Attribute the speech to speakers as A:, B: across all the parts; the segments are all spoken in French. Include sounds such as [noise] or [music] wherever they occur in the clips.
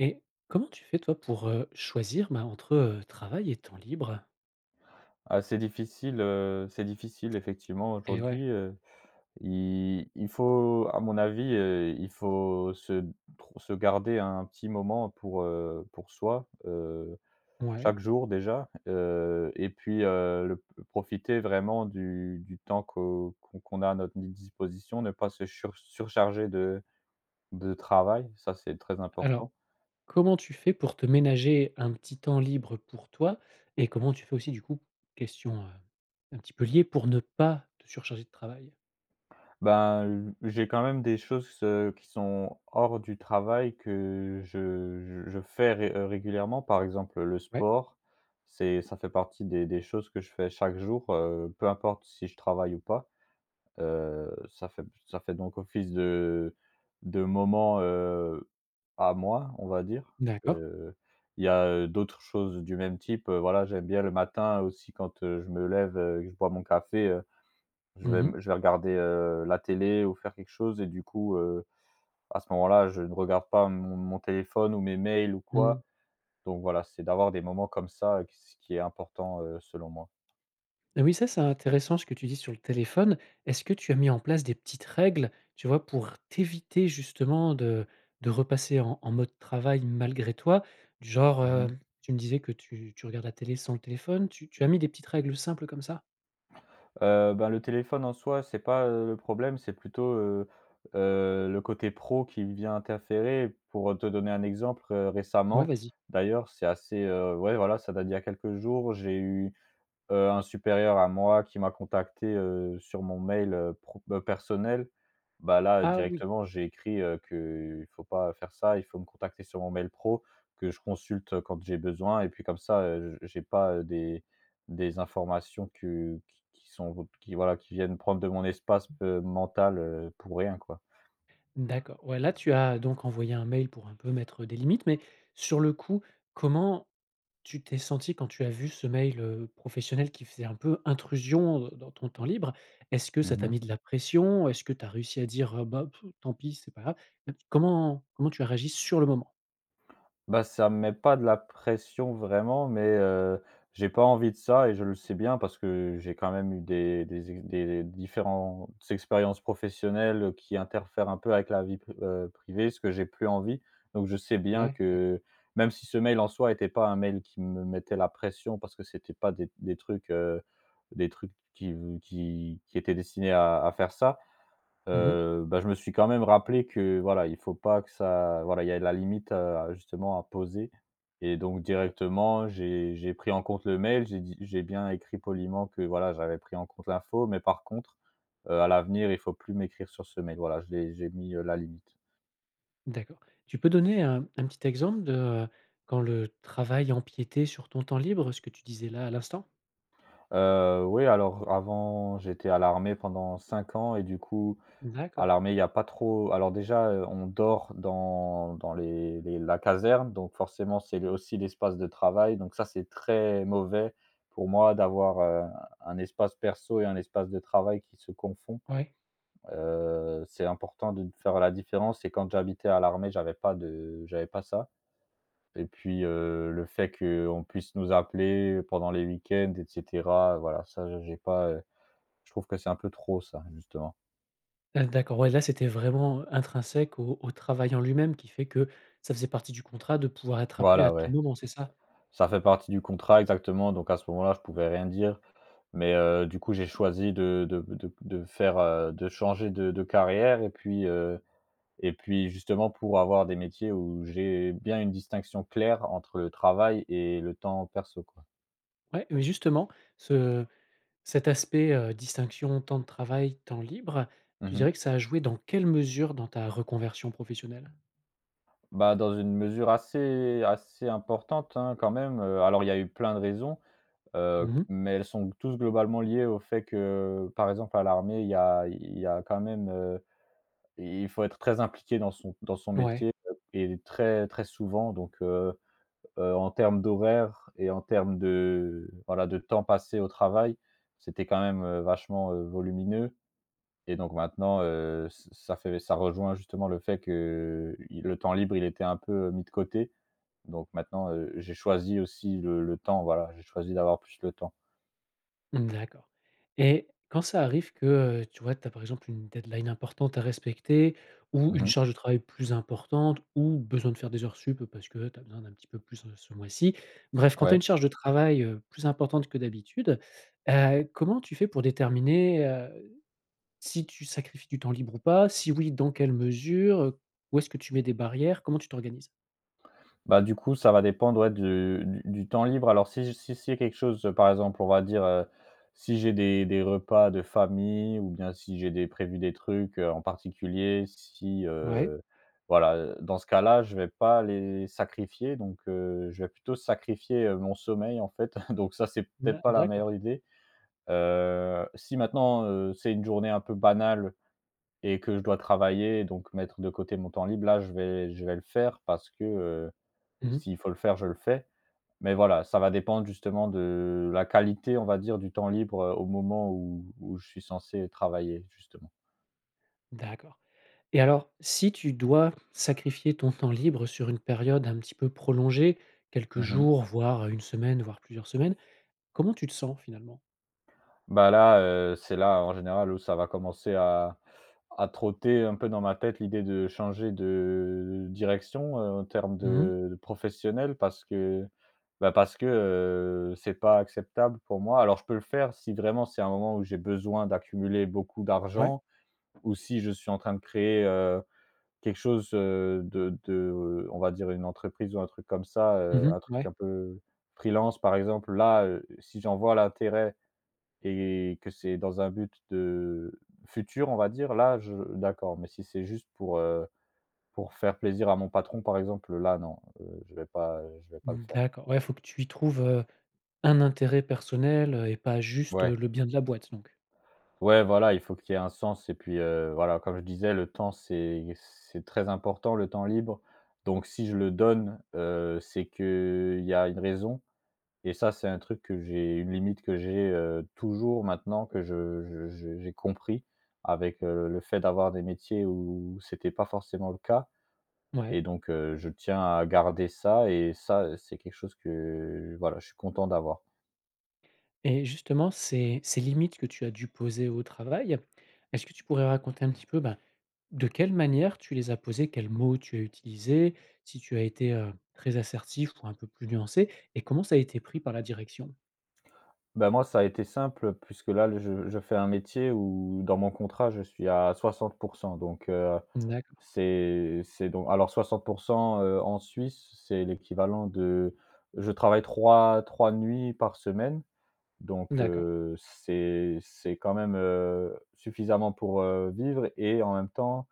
A: Et comment tu fais toi pour, choisir, bah, entre, travail et temps libre?
B: Ah, c'est difficile effectivement
A: Et ouais.
B: aujourd'hui, il faut à mon avis, il faut se tr se garder un petit moment pour soi,
A: Ouais.
B: chaque jour déjà, et puis, le profiter vraiment du temps qu'on a à notre disposition, ne pas se surcharger de travail, ça c'est très
A: Alors,
B: important.
A: comment tu fais pour te ménager un petit temps libre pour toi? Et comment tu fais aussi du coup, question, un petit peu liée, pour ne pas te surcharger de travail?
B: Ben, j'ai quand même des choses, qui sont hors du travail que je fais ré régulièrement. Par exemple, le
A: Ouais,
B: sport, c'est ça fait partie des choses que je fais chaque jour, peu importe si je travaille ou pas. Ça fait donc office de moment, à moi, on va dire.
A: d'accord.
B: Il y a, d'autres choses du même type, voilà, j'aime bien le matin aussi quand, je me lève, que je bois mon café,
A: Mmh.
B: je vais regarder, la télé ou faire quelque chose et du coup, à ce moment-là, je ne regarde pas mon téléphone ou mes mails ou
A: Mmh.
B: quoi. Donc voilà, c'est d'avoir des moments comme ça, q ce qui est important, selon moi.
A: Ah oui, ça, c'est intéressant ce que tu dis sur le téléphone. Est-ce que tu as mis en place des petites règles, tu vois, pour t'éviter justement de de repasser en mode travail malgré toi? Du genre,
B: Mmh mh.
A: tu me disais que tu regardes la télé sans le téléphone, tu as mis des petites règles simples comme ça?
B: Ben, le téléphone en soi, c'est pas, le problème, c'est plutôt, le côté pro qui vient interférer. Pour te donner un exemple,
A: Ouais,
B: récemment,
A: vas-y.
B: d'ailleurs, c'est assez, ouais, voilà, ça date d'il y a quelques jours, j'ai eu un supérieur à moi qui m'a contacté, sur mon mail, pro personnel, bah, là,
A: Ah oui,
B: directement, j'ai écrit, que il faut pas faire ça, il faut me contacter sur mon mail pro, que je consulte, quand j'ai besoin et puis comme ça, j'ai pas, des informations que qui sont qui voilà, qui viennent prendre de mon espace, mental, pour rien, quoi.
A: d'accord. Ouais, là, tu as donc envoyé un mail pour un peu mettre des limites, mais sur le coup, comment tu t'es senti quand tu as vu ce mail, professionnel qui faisait un peu intrusion, dans ton temps libre, est-ce que ça t'a
B: Mmh
A: mis de la pression? Est-ce que tu as réussi à dire: «Ah bah, pff, tant pis, c'est pas grave»? Comment tu as réagi sur le moment?
B: Bah, ça me met pas de la pression vraiment, mais, j'ai pas envie de ça et je le sais bien parce que j'ai quand même eu des différentes expériences professionnelles qui interfèrent un peu avec la vie privée, ce que j'ai plus envie. Donc je sais bien
A: Ouais, d'accord.
B: que même si ce mail en soi était pas un mail qui me mettait la pression parce que c'était pas des trucs, des trucs qui qui étaient destinés à faire ça,
A: Mmh,
B: Bah, je me suis quand même rappelé que, voilà, il faut pas que ça voilà, il y a la limite, justement à poser et donc directement, j'ai pris en compte le mail, j'ai bien écrit poliment que, voilà, j'avais pris en compte l'info, mais par contre, à l'avenir, il faut plus m'écrire sur ce mail. Voilà, je l'ai j'ai mis, la limite.
A: d'accord. Tu peux donner un petit exemple de, quand le travail empiétait sur ton temps libre, ce que tu disais là à l'instant?
B: Oui, alors avant, j'étais à l'armée pendant 5 ans et du coup à
A: D'accord,
B: l'armée, il y a pas trop alors déjà, on dort dans dans les la caserne, donc forcément, c'est le aussi l'espace de travail, donc ça, c'est très mauvais pour moi d'avoir, un espace perso et un espace de travail qui se confond.
A: ouais.
B: C'est important de faire la différence et quand j'habitais à l'armée, j'avais pas ça et puis, le fait qu'on puisse nous appeler pendant les week-ends et cetera, voilà, ça, j'ai pas, je trouve que c'est un peu trop ça, justement.
A: D'accord, ouais, là, c'était vraiment intrinsèque au travail en lui-même qui fait que ça faisait partie du contrat de pouvoir être appelé à
B: Voilà,
A: tout
B: ouais.
A: moment, c'est ça?
B: Ça fait partie du contrat exactement, donc à ce moment-là, je pouvais rien dire. Mais, du coup, j'ai choisi de faire, de changer de carrière et puis justement pour avoir des métiers où j'ai bien une distinction claire entre le travail et le temps perso, quoi.
A: Ouais, mais justement, ce cet aspect, distinction temps de travail, temps libre, tu
B: Mmh
A: dirais que ça a joué dans quelle mesure dans ta reconversion professionnelle?
B: Bah, dans une mesure assez assez importante, hein, quand même, alors il y a eu plein de raisons,
A: Mmh.
B: mais elles sont tous globalement liées au fait que, par exemple, à l'armée, il y a quand même, euh, et il faut être très impliqué dans son
A: Ouais,
B: métier, et très très souvent en termes d'horaire et en termes de voilà, de temps passé au travail, c'était quand même, vachement, volumineux et donc maintenant, ç ça fait ça rejoint justement le fait que i le temps libre, il était un peu, mis de côté. Donc maintenant, j'ai choisi aussi le temps, voilà, j'ai choisi d'avoir plus le temps.
A: mmh, d'accord. Et quand ça arrive que, tu vois, tu as par exemple une deadline importante à respecter ou
B: Mmh
A: une
B: mh.
A: charge de travail plus importante ou besoin de faire des heures sup parce que tu as besoin d'un petit peu plus, ce mois-ci. Bref, quand tu as
B: Ouais.
A: une charge de travail, plus importante que d'habitude, comment tu fais pour déterminer, si tu sacrifies du temps libre ou pas? Si oui, dans quelle mesure? Où est-ce que tu mets des barrières? Comment tu t'organises?
B: Bah, du coup, ça va dépendre, ouais, du temps libre. Alors si c'est quelque chose, par exemple, on va dire, si j'ai des repas de famille ou bien si j'ai des prévu des trucs, en particulier, si,
A: Ouais,
B: voilà, dans ce cas-là, je vais pas les sacrifier donc je vais plutôt sacrifier, mon sommeil, en fait, [laughs] donc ça, c'est
A: na
B: peut-être pas la
A: d'accord.
B: meilleure idée. Si maintenant, c'est une journée un peu banale et que je dois travailler, donc mettre de côté mon temps libre, là, je vais le faire parce que,
A: Mmh mh.
B: s'il faut le faire, je le fais. Mais voilà, ça va dépendre justement de la qualité, on va dire, du temps libre, au moment où je suis censé travailler, justement.
A: D'accord et alors, si tu dois sacrifier ton temps libre sur une période un petit peu prolongée, quelques
B: Mmh
A: jours, voire, 1 semaine, voire plusieurs semaines, comment tu te sens finalement?
B: Bah, là, c'est là, en général, où ça va commencer à trotter un peu dans ma tête l'idée de changer de direction, en termes
A: Mmh mh.
B: de professionnel parce que, bah, parce que, c'est pas acceptable pour moi. Alors je peux le faire si vraiment c'est un moment où j'ai besoin d'accumuler beaucoup
A: Ouais.
B: d'argent ou si je suis en train de créer, quelque chose, de on va dire une entreprise ou un truc comme ça,
A: Mmh mh.
B: un truc
A: Ouais.
B: un peu freelance par exemple, là, si j'en vois l'intérêt et que c'est dans un but de futur, on va dire, là, je d'accord, mais si c'est juste pour faire plaisir à mon patron par exemple, là non, je vais pas le faire.
A: D'accord. Ouais, faut que tu y trouves, un intérêt personnel, et pas juste,
B: Ouais.
A: le bien de la boîte donc?
B: Ouais, voilà, il faut qu'il y ait un sens et puis, voilà, comme je disais, le temps c'est très important, le temps libre, donc si je le donne, c'est qu'il y a une raison. Et ça, c'est un truc que j'ai une limite que j'ai, toujours maintenant que je j'ai compris avec, le fait d'avoir des métiers où c'était pas forcément le cas
A: Ouais.
B: et donc je tiens à garder ça et ça, c'est quelque chose que, voilà, je suis content d'avoir.
A: Et justement, ces limites que tu as dû poser au travail, est-ce que tu pourrais raconter un petit peu, ben, de quelle manière tu les as posées? Quels mots tu as utilisés? Si tu as été, très assertif ou un peu plus nuancé? Et comment ça a été pris par la direction?
B: Ben moi, ça a été simple puisque là, le je fais un métier où dans mon contrat, je suis à 60% donc
A: D'accord,
B: c'est donc alors 60% en Suisse, c'est l'équivalent de je travaille 3 nuits par semaine. Donc
A: d'accord.
B: c'est quand même, suffisamment pour, vivre et en même temps,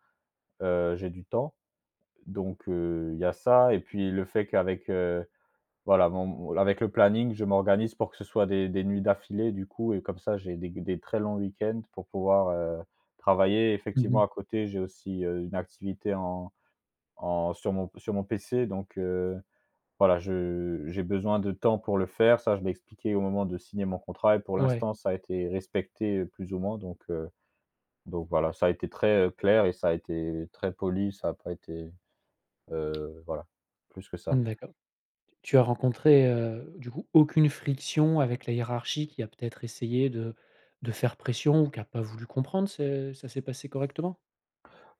B: j'ai du temps. Donc il y a ça et puis le fait qu'avec, voilà, mon avec le planning, je m'organise pour que ce soit des nuits d'affilée du coup et comme ça, j'ai des très longs week-ends pour pouvoir, travailler.
A: Mmh.
B: Effectivement à côté, j'ai aussi, une activité en en sur mon PC donc voilà, je j'ai besoin de temps pour le faire. Ça, je l'ai expliqué au moment de signer mon contrat et pour
A: Ouais,
B: l'instant, ça a été respecté, plus ou moins donc voilà, ça a été très, clair et ça a été très poli, ça n'a pas été, voilà, plus que ça.
A: d'accord. Tu as rencontré, du coup, aucune friction avec la hiérarchie qui a peut-être essayé de faire pression ou qui a pas voulu comprendre? C'est ça s'est passé correctement?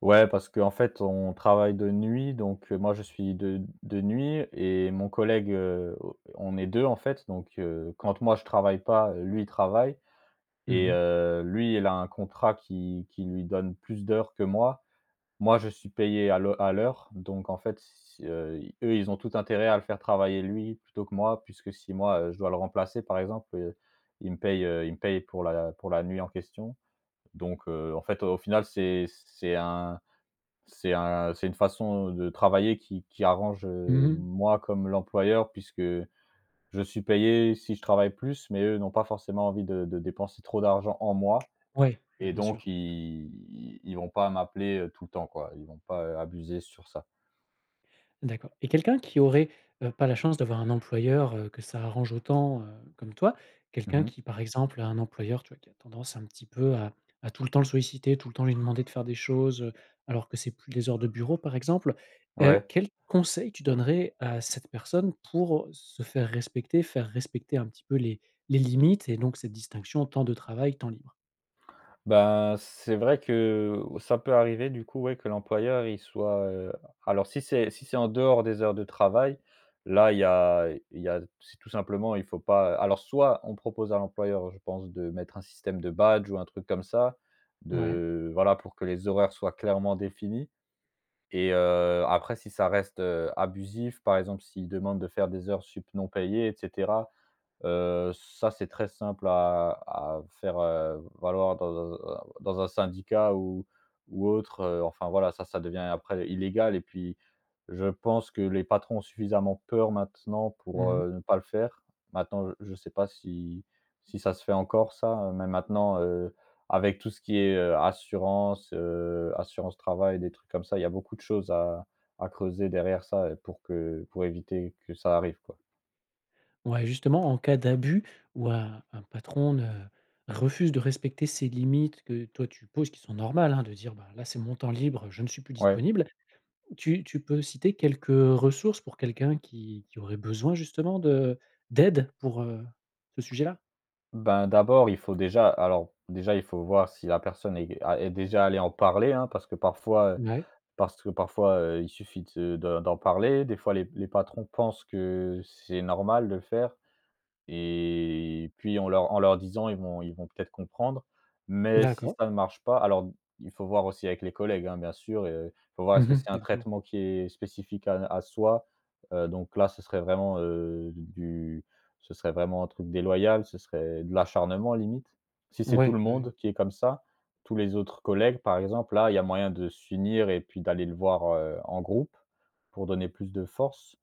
B: Ouais, parce qu'en fait, on travaille de nuit donc moi, je suis de nuit et mon collègue, on est 2 en fait donc quand moi je travaille pas, lui, il travaille
A: Mmh
B: et
A: mh.
B: lui, il a un contrat qui lui donne plus d'heures que moi. Moi, je suis payé à l'heure, donc en fait, si, i eux, ils ont tout intérêt à le faire travailler lui plutôt que moi, puisque si moi, je dois le remplacer, par exemple, ils me payent pour la nuit en question. Donc, en fait, au final, c'est une façon de travailler qui arrange,
A: Mmh.
B: moi comme l'employeur, puisque je suis payé si je travaille plus, mais eux n'ont pas forcément envie de dépenser trop d'argent en moi.
A: Ouais, bah,
B: Et
A: bien
B: donc
A: sûr.
B: ils vont pas m'appeler, tout le temps, quoi. Ils vont pas, abuser sur ça.
A: D'accord et quelqu'un qui aurait, pas la chance d'avoir un employeur, que ça arrange autant, comme toi, quelqu'un
B: Mmh
A: qui, par exemple, a un employeur, tu vois, qui a tendance un petit peu à tout le temps le solliciter, tout le temps lui demander de faire des choses, alors que c'est plus des heures de bureau, par exemple,
B: Ouais.
A: quel conseil tu donnerais à cette personne pour se faire respecter un petit peu les limites et donc cette distinction temps de travail, temps libre?
B: Ben, c'est vrai que ça peut arriver du coup, ouais, que l'employeur il soit, alors. Si c'est en dehors des heures de travail, là il y a c'est tout simplement il faut pas. Alors soit on propose à l'employeur, je pense, de mettre un système de badge ou un truc comme ça,
A: Ouais.
B: de voilà, pour que les horaires soient clairement définis. Et après si ça reste, abusif, par exemple s'il demande de faire des heures sup non payées etc. Ça, c'est très simple à faire, valoir dans un syndicat ou autre, enfin, voilà, ça devient après illégal et puis je pense que les patrons ont suffisamment peur maintenant pour,
A: Mmh.
B: ne pas le faire. Maintenant, je ne sais pas si si ça se fait encore ça, mais maintenant, avec tout ce qui est, assurance, assurance travail, des trucs comme ça, il y a beaucoup de choses à creuser derrière ça, pour que pour éviter que ça arrive, quoi.
A: Ouais, justement, en cas d'abus ou un patron ne refuse de respecter ses limites que toi tu poses, qui sont normales, hein, de dire: «Bah, là, c'est mon temps libre, je ne suis plus
B: Ouais.
A: disponible». Tu peux citer quelques ressources pour quelqu'un qui aurait besoin justement de d'aide pour, ce sujet-là?
B: Ben, d'abord, il faut déjà alors, déjà, il faut voir si la personne est déjà allée en parler, hein,
A: Ouais,
B: parce que parfois, il suffit de d'en parler. Des fois, les patrons pensent que c'est normal de le faire et puis en leur disant, ils vont peut-être comprendre. Mais si
A: d'accord.
B: ça ne marche pas, alors il faut voir aussi avec les collègues, hein, bien sûr. Il faut voir, est-ce que
A: Mmh,
B: c'est un
A: évidemment.
B: traitement qui est spécifique à soi? Donc là, ce serait vraiment, du ce serait vraiment un truc déloyal, ce serait de l'acharnement limite. Si c'est tout le
A: Ouais, ouais,
B: monde qui est comme ça, tous les autres collègues par exemple, là, il y a moyen de s'unir et puis d'aller le voir, en groupe pour donner plus de force.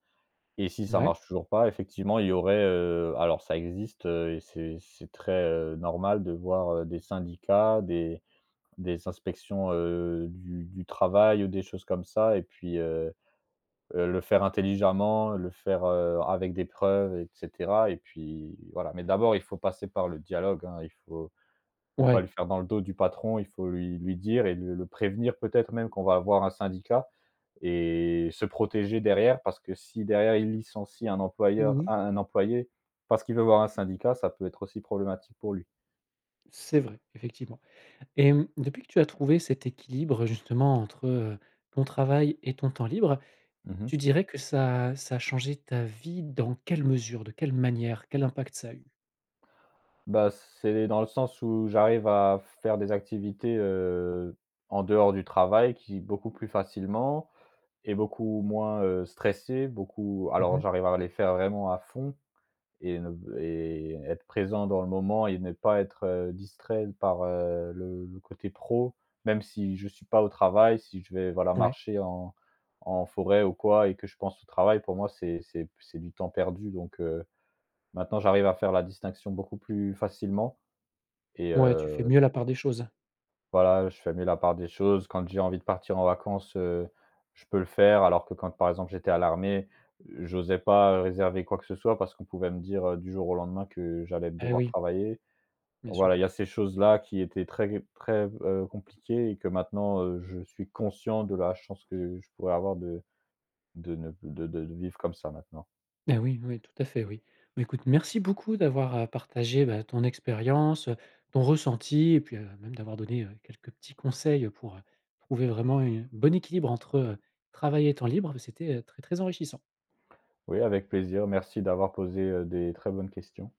B: Et si ça
A: ouais,
B: marche toujours pas, effectivement, il y aurait, alors ça existe, et c'est très, normal de voir, des syndicats, des inspections, du travail ou des choses comme ça et puis, le faire intelligemment, le faire, avec des preuves et cetera et puis voilà. Mais d'abord, il faut passer par le dialogue, hein. Il faut pas
A: ouais.
B: le faire dans le dos du patron, il faut lui dire et le prévenir peut-être même qu'on va avoir un syndicat et se protéger derrière, parce que si derrière il licencie un employeur,
A: Mmh.
B: un, employé parce qu'il veut voir un syndicat, ça peut être aussi problématique pour lui.
A: C'est vrai, effectivement et mmh, depuis que tu as trouvé cet équilibre justement entre, ton travail et ton temps libre,
B: Mmh.
A: tu dirais que ça a changé ta vie dans quelle mesure? De quelle manière? Quel impact ça a eu?
B: Bah, c'est dans le sens où j'arrive à faire des activités, en dehors du travail, qui beaucoup plus facilement et beaucoup moins, stressé, beaucoup alors
A: Mmh.
B: j'arrive à les faire vraiment à fond. Et ne et être présent dans le moment et ne pas être, distrait par, le côté pro, même si je suis pas au travail, si je vais, voilà,
A: Ouais.
B: marcher en en forêt ou quoi et que je pense au travail, pour moi, c'est du temps perdu donc maintenant j'arrive à faire la distinction beaucoup plus facilement et
A: Ouais, tu fais
B: heu
A: mieux la part des choses.
B: voilà, je fais mieux la part des choses. Quand j'ai envie de partir en vacances, je peux le faire. Alors que quand, par exemple, j'étais à l'armée, j'osais pas réserver quoi que ce soit parce qu'on pouvait me dire, du jour au lendemain, que j'allais
A: Ah
B: devoir
A: oui,
B: travailler.
A: bien
B: Donc
A: sûr.
B: voilà, il y a ces choses-là qui étaient très très, compliquées et que maintenant, je suis conscient de la chance que je pourrais avoir de ne de de vivre comme ça maintenant.
A: Ah oui, oui, tout à fait, oui. Bah, écoute, merci beaucoup d'avoir, partagé, bah, ton expérience, ton ressenti et puis, même d'avoir donné, quelques petits conseils, pour, trouver vraiment un bon équilibre entre, travail et temps libre. C'était, très, très enrichissant.
B: Oui, avec plaisir. Merci d'avoir posé, des très bonnes questions.